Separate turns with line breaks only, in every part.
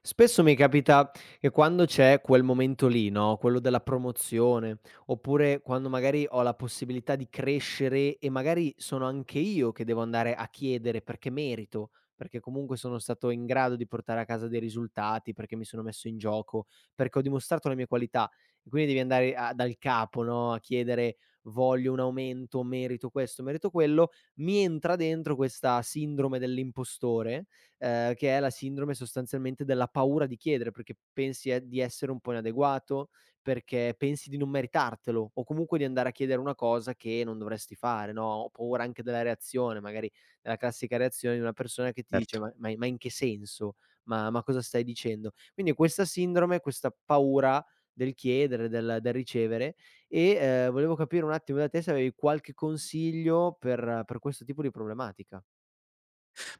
Spesso mi capita che quando c'è quel momento lì, no, quello della promozione, oppure quando magari ho la possibilità di crescere e magari sono anche io che devo andare a chiedere perché merito, perché comunque sono stato in grado di portare a casa dei risultati, perché mi sono messo in gioco, perché ho dimostrato le mie qualità. E quindi devi andare dal capo, no, a chiedere voglio un aumento, merito questo, merito quello. Mi entra dentro questa sindrome dell'impostore che è la sindrome sostanzialmente della paura di chiedere, perché pensi e di essere un po' inadeguato, perché pensi di non meritartelo o comunque di andare a chiedere una cosa che non dovresti fare, no, ho paura anche della reazione, magari della classica reazione di una persona che ti dice:
Certo.
Ma in che senso? Ma cosa stai dicendo?" Quindi questa sindrome, questa paura del chiedere, del ricevere e, volevo capire un attimo da te se avevi qualche consiglio per questo tipo di problematica.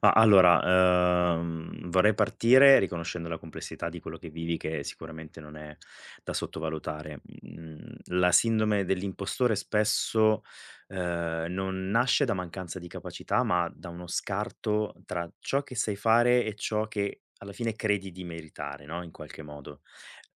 Ma allora, vorrei partire riconoscendo la complessità di quello che vivi che sicuramente non è da sottovalutare. Mhmm, la sindrome dell'impostore spesso, non nasce da mancanza di capacità, ma da uno scarto tra ciò che sai fare e ciò che alla fine credi di meritare, no, in qualche modo.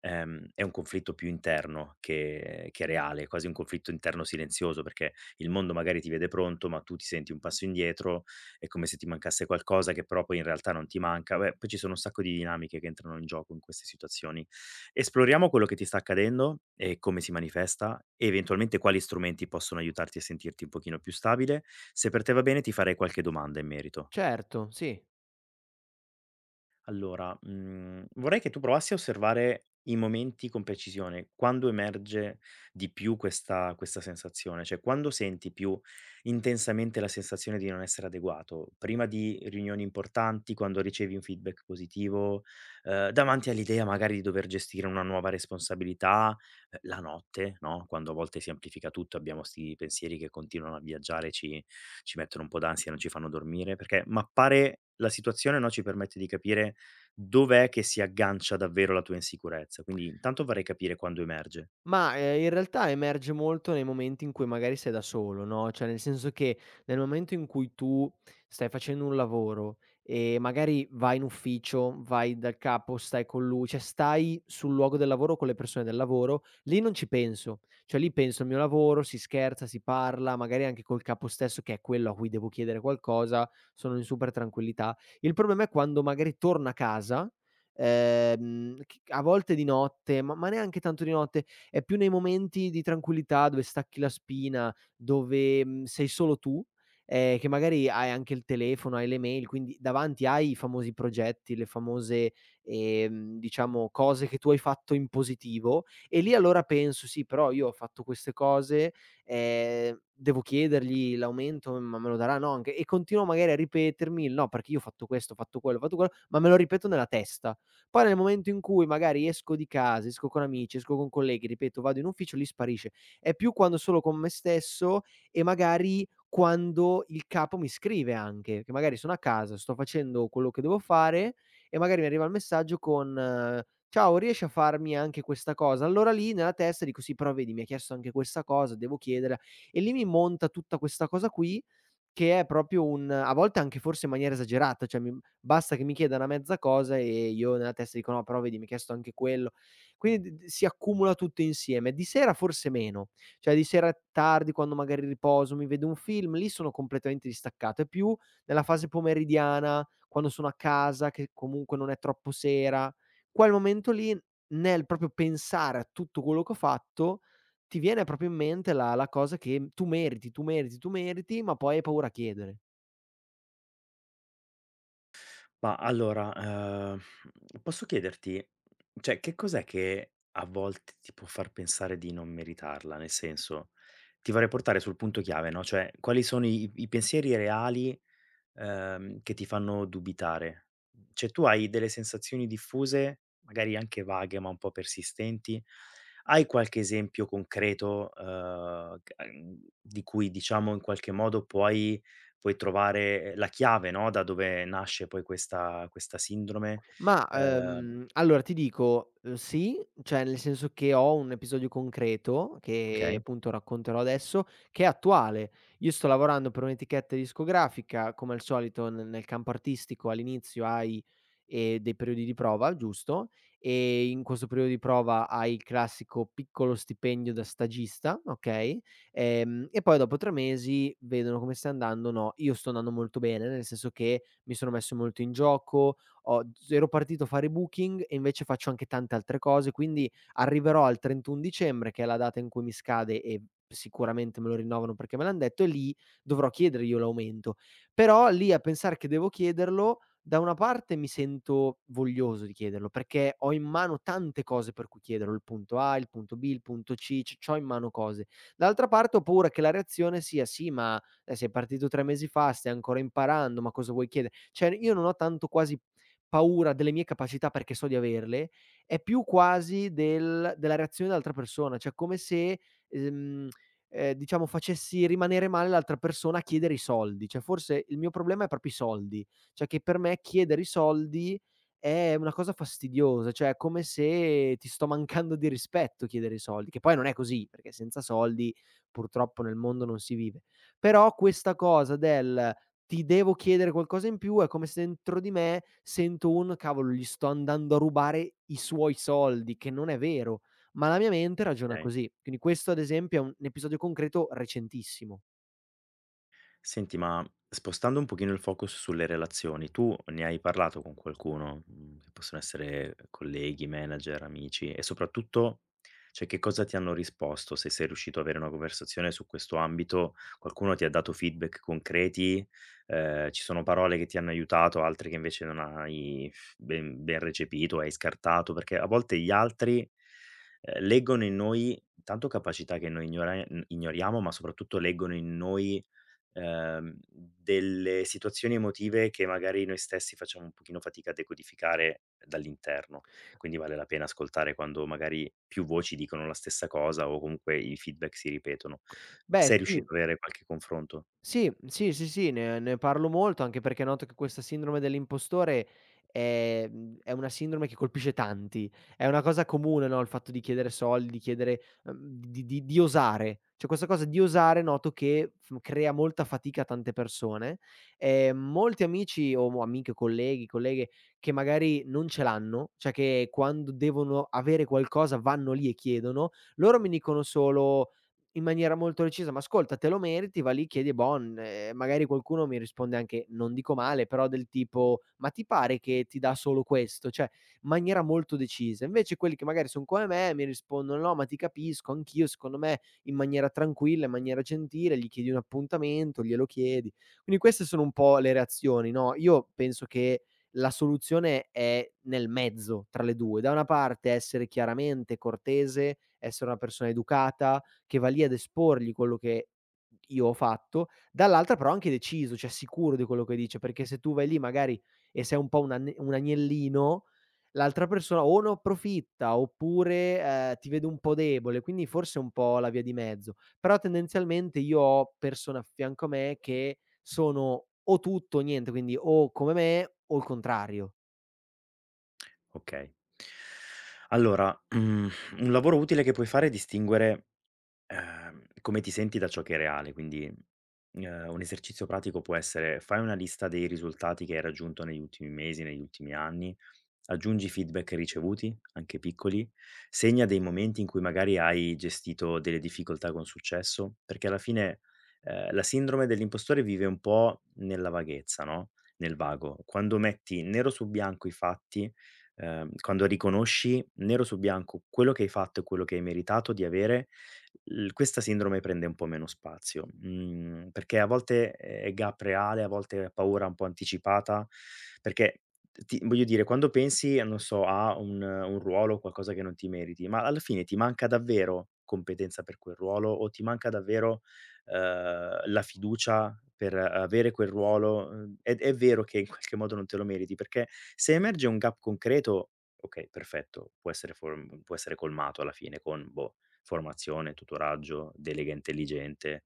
È un conflitto più interno che reale, quasi un conflitto interno silenzioso, perché il mondo magari ti vede pronto, ma tu ti senti un passo indietro. È come se ti mancasse qualcosa che però poi in realtà non ti manca. Beh, poi ci sono un sacco di dinamiche che entrano in gioco in queste situazioni. Esploriamo quello che ti sta accadendo e come si manifesta e eventualmente quali strumenti possono aiutarti a sentirti un pochino più stabile. Se per te va bene ti farei qualche domanda in merito.
Certo, sì.
Allora, mhmm, vorrei che tu provassi a osservare i momenti con precisione, quando emerge di più questa sensazione, cioè quando senti più intensamente la sensazione di non essere adeguato? Prima di riunioni importanti, quando ricevi un feedback positivo, davanti all'idea magari di dover gestire una nuova responsabilità, la notte, no, quando a volte si amplifica tutto, abbiamo 'sti pensieri che continuano a viaggiare, ci mettono un po' d'ansia, non ci fanno dormire, perché mappare la situazione, no, ci permette di capire dov'è che si aggancia davvero la tua insicurezza. Quindi intanto vorrei capire quando emerge.
Ma, in realtà emerge molto nei momenti in cui magari sei da solo, no, cioè nel senso che nel momento in cui tu stai facendo un lavoro e magari vai in ufficio, vai dal capo, stai con lui, cioè stai sul luogo del lavoro con le persone del lavoro, lì non ci penso. Cioè lì penso al mio lavoro, si scherza, si parla, magari anche col capo stesso che è quello a cui devo chiedere qualcosa, sono in super tranquillità. Il problema è quando magari torno a casa, c a volte di notte, ma neanche tanto di notte, è più nei momenti di tranquillità dove stacchi la spina, dove, sei solo tu, che magari hai anche il telefono, hai le mail, quindi davanti hai i famosi progetti, le famose, diciamo cose che tu hai fatto in positivo e lì allora penso: "Sì, però io ho fatto queste cose, devo chiedergli l'aumento, ma me lo daranno anche" e continuo magari a ripetermi il: "No, perché io ho fatto questo, ho fatto quello", ma me lo ripeto nella testa. Poi nel momento in cui magari esco di casa, esco con amici, esco con colleghi, ripeto, vado in ufficio, lì sparisce. È più quando sono con me stesso e magari quando il capo mi scrive anche, che magari sono a casa, sto facendo quello che devo fare e magari mi arriva il messaggio con: "Ciao, riesci a farmi anche questa cosa?" Allora lì nella testa dico: "Sì, però vedi mi ha chiesto anche questa cosa, devo chiederla" e lì mi monta tutta questa cosa qui che è proprio un a volte anche forse in maniera esagerata, cioè mi basta che mi chieda una mezza cosa e io nella testa dico: "No, però vedi mi hai chiesto anche quello". Quindi d si accumula tutto insieme. Di sera forse meno, cioè di sera tardi quando magari riposo, mi vedo un film, lì sono completamente distaccato. È più nella fase pomeridiana, quando sono a casa, che comunque non è troppo sera, quel momento lì, nel proprio pensare a tutto quello che ho fatto, ti viene proprio in mente la cosa che tu meriti, tu meriti, tu meriti, ma poi hai paura a chiedere.
Ma allora, ehm, posso chiederti, cioè che cos'è che a volte ti può far pensare di non meritarla? Nel senso, ti vorrei portare sul punto chiave, no, cioè quali sono i pensieri reali che ti fanno dubitare. Cioè tu hai delle sensazioni diffuse, magari anche vaghe, ma un po' persistenti. Hai qualche esempio concreto, c di cui diciamo in qualche modo puoi trovare la chiave, no, da dove nasce poi questa sindrome?
Ma,
Ehm
allora ti dico, sì, cioè nel senso che ho un episodio concreto, che
okay,
appunto racconterò adesso, che è attuale. Io sto lavorando per un'etichetta discografica, come al solito n nel campo artistico all'inizio hai, dei periodi di prova, giusto, e in questo periodo di prova hai il classico piccolo stipendio da stagista, okay, e poi dopo 3 mesi vedono come stai andando o no. Io sto andando molto bene, nel senso che mi sono messo molto in gioco, ho z ero partito a fare booking e invece faccio anche tante altre cose, quindi arriverò al 31 dicembre, che è la data in cui mi scade e sicuramente me lo rinnovano perché me l'han detto e lì dovrò chiedere io l'aumento. Però lì a pensare che devo chiederlo, da una parte mi sento voglioso di chiederlo, perché ho in mano tante cose per cui chiederlo, il punto A, il punto B, il punto C, c'ho in mano cose. Dall'altra parte ho paura che la reazione sia: "Sì, ma, sei partito 3 mesi fa, stai ancora imparando, ma cosa vuoi chiede" Cioè io non ho tanto quasi paura delle mie capacità perché so di averle, è più quasi del della reazione dell'altra persona, cioè come se, ehm, diciamo facessi rimanere male l'altra persona a chiedere i soldi. Cioè forse il mio problema è proprio i soldi, cioè che per me chiedere i soldi è una cosa fastidiosa, cioè è come se ti sto mancando di rispetto chiedere i soldi, che poi non è così, perché senza soldi purtroppo nel mondo non si vive. Però questa cosa del ti devo chiedere qualcosa in più, è come se dentro di me sento un: "Cavolo, gli sto andando a rubare i suoi soldi", che non è vero, ma la mia mente ragiona
okay.
così. Quindi questo ad esempio è un episodio concreto recentissimo.
Senti, ma spostando un pochino il focus sulle relazioni, tu ne hai parlato con qualcuno, mhmm, che possono essere colleghi, manager, amici e soprattutto, cioè, che cosa ti hanno risposto? Se sei riuscito ad avere una conversazione su questo ambito, qualcuno ti ha dato feedback concreti, ci sono parole che ti hanno aiutato, altre che invece non hai ben recepito, hai scartato, perché a volte gli altri, leggono in noi tanto capacità che noi ignoriamo, ma soprattutto leggono in noi delle situazioni emotive che magari noi stessi facciamo un pochino fatica a decodificare dall'interno. Quindi vale la pena ascoltare quando magari più voci dicono la stessa cosa o comunque i feedback si ripetono.
Beh,
Sei
sì.
riuscito ad avere qualche confronto?
Sì, mhmm, sì, sì, sì, ne parlo molto, anche perché noto che questa sindrome dell'impostore è una sindrome che colpisce tanti. È una cosa comune, no, il fatto di chiedere soldi, di chiedere di osare. Cioè questa cosa di osare noto che f crea molta fatica a tante persone. Molti amici o mo amiche, colleghi, colleghe che magari non ce l'hanno, cioè che quando devono avere qualcosa vanno lì e chiedono, loro mi dicono solo: in maniera molto decisa: "Ma ascolta, te lo meriti, va lì, chiedi e bon." Magari qualcuno mi risponde anche, non dico male, però del tipo: "Ma ti pare che ti dà solo questo?" Cioè, in maniera molto decisa. Invece quelli che magari son come me mi rispondono: "No, ma ti capisco, anch'io." Secondo me in maniera tranquilla, in maniera gentile, gli chiedi un appuntamento, glielo chiedi. Quindi queste sono un po' le reazioni, no, io penso che la soluzione è nel mezzo tra le 2: da una parte essere chiaramente cortese, essere una persona educata, che va lì ad esporgli quello che io ho fatto, dall'altra però anche deciso, cioè sicuro di quello che dice, perché se tu vai lì magari e sei un po' un agnellino, l'altra persona o ne approfitta oppure, ti vede un po' debole, quindi forse è un po' la via di mezzo. Però tendenzialmente io ho persone a fianco a me che sono o tutto o niente, quindi o come me o il contrario.
Okay. Allora, mhmm, un lavoro utile che puoi fare è distinguere come ti senti da ciò che è reale, quindi, un esercizio pratico può essere: fai una lista dei risultati che hai raggiunto negli ultimi mesi, negli ultimi anni, aggiungi feedback ricevuti, anche piccoli, segna dei momenti in cui magari hai gestito delle difficoltà con successo, perché alla fine, la sindrome dell'impostore vive un po' nella vaghezza, no, nel vago. Quando metti nero su bianco i fatti, quando riconosci nero su bianco quello che hai fatto e quello che hai meritato di avere l questa sindrome prende un po' meno spazio, mhmm, perché a volte è gap reale, a volte è paura un po' anticipata, perché ti voglio dire, quando pensi a non so, a un ruolo, qualcosa che non ti meriti, ma alla fine ti manca davvero competenza per quel ruolo o ti manca davvero, la fiducia per avere quel ruolo? È vero che in qualche modo non te lo meriti, perché se emerge un gap concreto, okay, perfetto, può essere form può essere colmato alla fine con boh, formazione, tutoraggio, delega intelligente.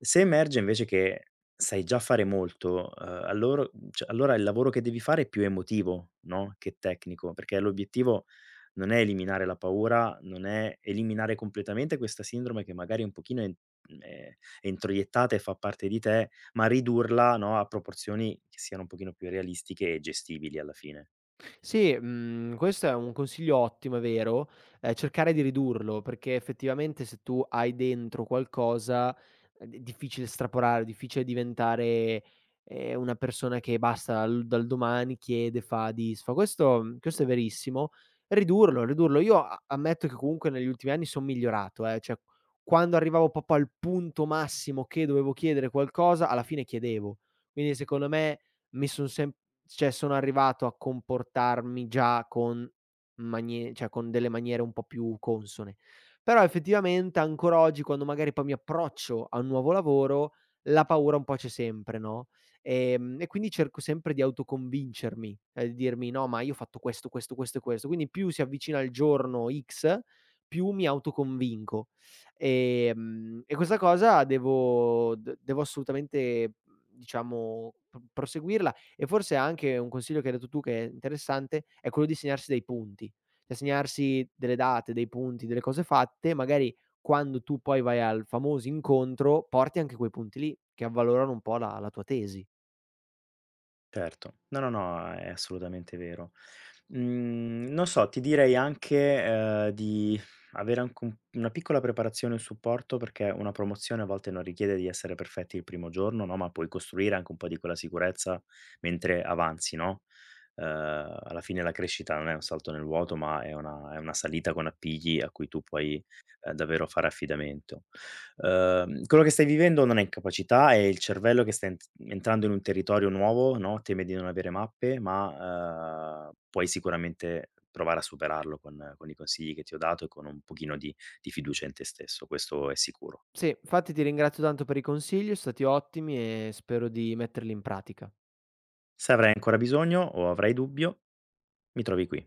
Se emerge invece che sai già fare molto, allor cioè allora il lavoro che devi fare è più emotivo, no, che tecnico, perché l'obiettivo non è eliminare la paura, non è eliminare completamente questa sindrome che magari un pochino è in mhmm, è introiettata e fa parte di te, ma ridurla, no, a proporzioni che siano un pochino più realistiche e gestibili alla fine.
Sì, mhmm, questo è un consiglio ottimo, è vero, cercare di ridurlo, perché effettivamente se tu hai dentro qualcosa è d difficile straporare, difficile diventare, una persona che basta l dal domani chiede, fa, disfa. Questo è verissimo. Ridurlo, ridurlo. Io a ammetto che comunque negli ultimi anni son migliorato, cioè quando arrivavo proprio al punto massimo che dovevo chiedere qualcosa, alla fine chiedevo. Quindi secondo me mi son sem cioè sono arrivato a comportarmi già con manie cioè con delle maniere un po' più consone. Però effettivamente ancora oggi quando magari poi mi approccio a un nuovo lavoro, la paura un po' c'è sempre, no, e quindi cerco sempre di autoconvincermi, di dirmi: "No, ma io ho fatto questo, questo, questo e questo". Quindi più si avvicina il giorno X, più mi autoconvinco. E questa cosa devo d devo assolutamente, diciamo p proseguirla e forse anche un consiglio che hai dato tu che è interessante, è quello di segnarsi dei punti, cioè segnarsi delle date, dei punti, delle cose fatte, magari quando tu poi vai al famoso incontro porti anche quei punti lì che avvalorano un po' la tua tesi.
Certo. No, no, no, è assolutamente vero. Mhmm, non so, ti direi anche, di avere anche un una piccola preparazione e un supporto, perché una promozione a volte non richiede di essere perfetti il primo giorno, no, ma puoi costruire anche un po' di quella sicurezza mentre avanzi, no, ehm, alla fine la crescita non è un salto nel vuoto, ma è una salita con appigli a cui tu puoi, davvero fare affidamento. Quello che stai vivendo non è incapacità, è il cervello che sta entrando in un territorio nuovo, no, teme di non avere mappe, ma, puoi sicuramente provare a superarlo con i consigli che ti ho dato e con un pochino di fiducia in te stesso, questo è sicuro.
Sì, infatti ti ringrazio tanto per i consigli, so' stati ottimi e spero di metterli in pratica.
Se avrai ancora bisogno o avrai dubbio, mi trovi qui.